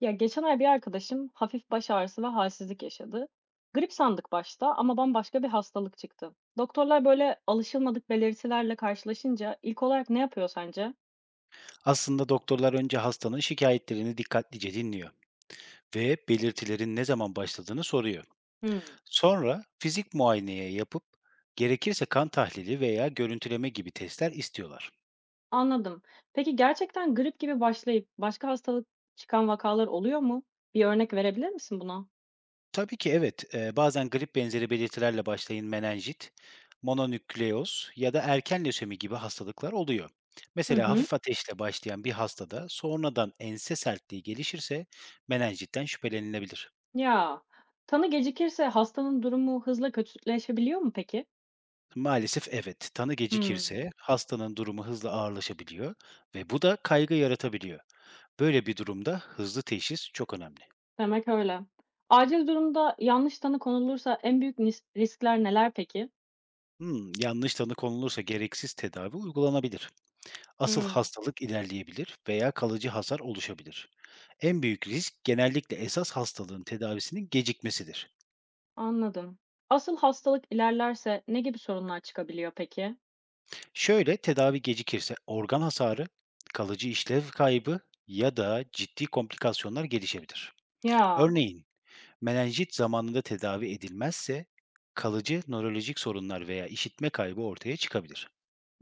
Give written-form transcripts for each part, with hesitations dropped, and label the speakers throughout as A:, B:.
A: Ya, geçen ay bir arkadaşım hafif baş ağrısı ve halsizlik yaşadı. Grip sandık başta ama bambaşka bir hastalık çıktı. Doktorlar böyle alışılmadık belirtilerle karşılaşınca ilk olarak ne yapıyor sence?
B: Aslında doktorlar önce hastanın şikayetlerini dikkatlice dinliyor ve belirtilerin ne zaman başladığını soruyor.
A: Hmm.
B: Sonra fizik muayeneye yapıp gerekirse kan tahlili veya görüntüleme gibi testler istiyorlar.
A: Anladım. Peki gerçekten grip gibi başlayıp başka hastalık çıkan vakalar oluyor mu? Bir örnek verebilir misin buna?
B: Tabii ki evet, bazen grip benzeri belirtilerle başlayın menenjit, mononükleoz ya da erken lösemi gibi hastalıklar oluyor.
A: Hı
B: Mesela
A: hı.
B: hafif ateşle başlayan bir hastada sonradan ense sertliği gelişirse menenjitten şüphelenilebilir.
A: Ya, tanı gecikirse hastanın durumu hızla kötüleşebiliyor mu peki?
B: Maalesef evet. Tanı
A: Hmm,
B: gecikirse hastanın durumu hızla ağırlaşabiliyor ve bu da kaygı yaratabiliyor. Böyle bir durumda hızlı teşhis çok önemli.
A: demek öyle. Acil durumda yanlış tanı konulursa en büyük riskler neler peki?
B: Yanlış tanı konulursa gereksiz tedavi uygulanabilir. Asıl
A: Hımm,
B: hastalık ilerleyebilir veya kalıcı hasar oluşabilir. En büyük risk genellikle esas hastalığın tedavisinin gecikmesidir.
A: anladım. Asıl hastalık ilerlerse ne gibi sorunlar çıkabiliyor peki?
B: Şöyle, tedavi gecikirse organ hasarı, kalıcı işlev kaybı ya da ciddi komplikasyonlar gelişebilir.
A: Ya,
B: Örneğin menenjit zamanında tedavi edilmezse kalıcı nörolojik sorunlar veya işitme kaybı ortaya çıkabilir.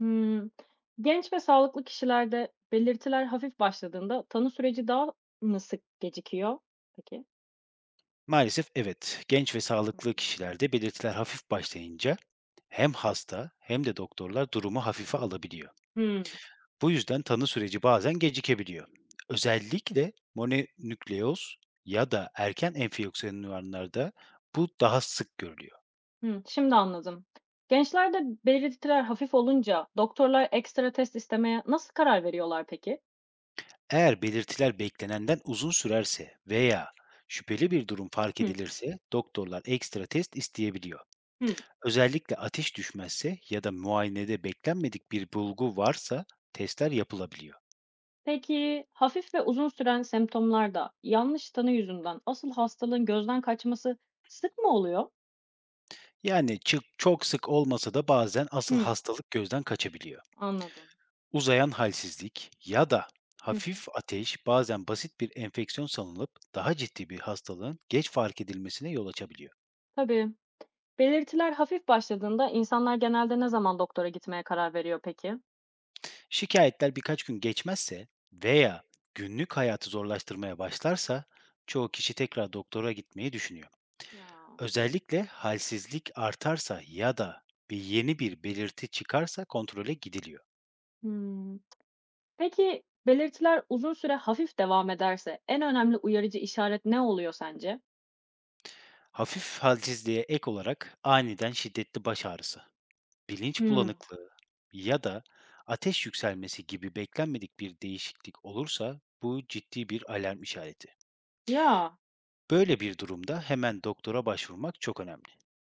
A: hımm. Genç ve sağlıklı kişilerde belirtiler hafif başladığında tanı süreci daha mı sık gecikiyor peki?
B: Maalesef evet, genç ve sağlıklı
A: Hımm.
B: kişilerde belirtiler hafif başlayınca hem hasta hem de doktorlar durumu hafife alabiliyor.
A: Hımm.
B: Bu yüzden tanı süreci bazen gecikebiliyor. Özellikle mononükleoz ya da erken enfeksiyonlarda bu daha sık görülüyor.
A: Hımm, şimdi anladım. Gençlerde belirtiler hafif olunca doktorlar ekstra test istemeye nasıl karar veriyorlar peki?
B: Eğer belirtiler beklenenden uzun sürerse veya şüpheli bir durum fark
A: Hı
B: edilirse doktorlar ekstra test isteyebiliyor.
A: hı.
B: Özellikle ateş düşmezse ya da muayenede beklenmedik bir bulgu varsa testler yapılabiliyor.
A: Peki, hafif ve uzun süren semptomlarda yanlış tanı yüzünden asıl hastalığın gözden kaçması sık mı oluyor?
B: Yani çok sık olmasa da bazen asıl hastalık gözden kaçabiliyor.
A: Anladım.
B: Uzayan halsizlik ya da
A: Hı hı.
B: hafif ateş bazen basit bir enfeksiyon sanılıp daha ciddi bir hastalığın geç fark edilmesine yol açabiliyor.
A: Tabii. Belirtiler hafif başladığında insanlar genelde ne zaman doktora gitmeye karar veriyor peki?
B: Şikayetler birkaç gün geçmezse veya günlük hayatı zorlaştırmaya başlarsa çoğu kişi tekrar doktora gitmeyi düşünüyor.
A: Ya.
B: Özellikle halsizlik artarsa ya da yeni bir belirti çıkarsa kontrole gidiliyor.
A: Hmm. Peki belirtiler uzun süre hafif devam ederse en önemli uyarıcı işaret ne oluyor sence?
B: Hafif halsizliğe ek olarak aniden şiddetli baş ağrısı, bilinç
A: Hmm.
B: bulanıklığı ya da ateş yükselmesi gibi beklenmedik bir değişiklik olursa bu ciddi bir alarm işareti.
A: Ya.
B: Böyle bir durumda hemen doktora başvurmak çok önemli.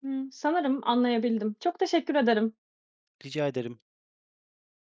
A: Hmm. Sanırım anlayabildim. Çok teşekkür ederim.
B: Rica ederim.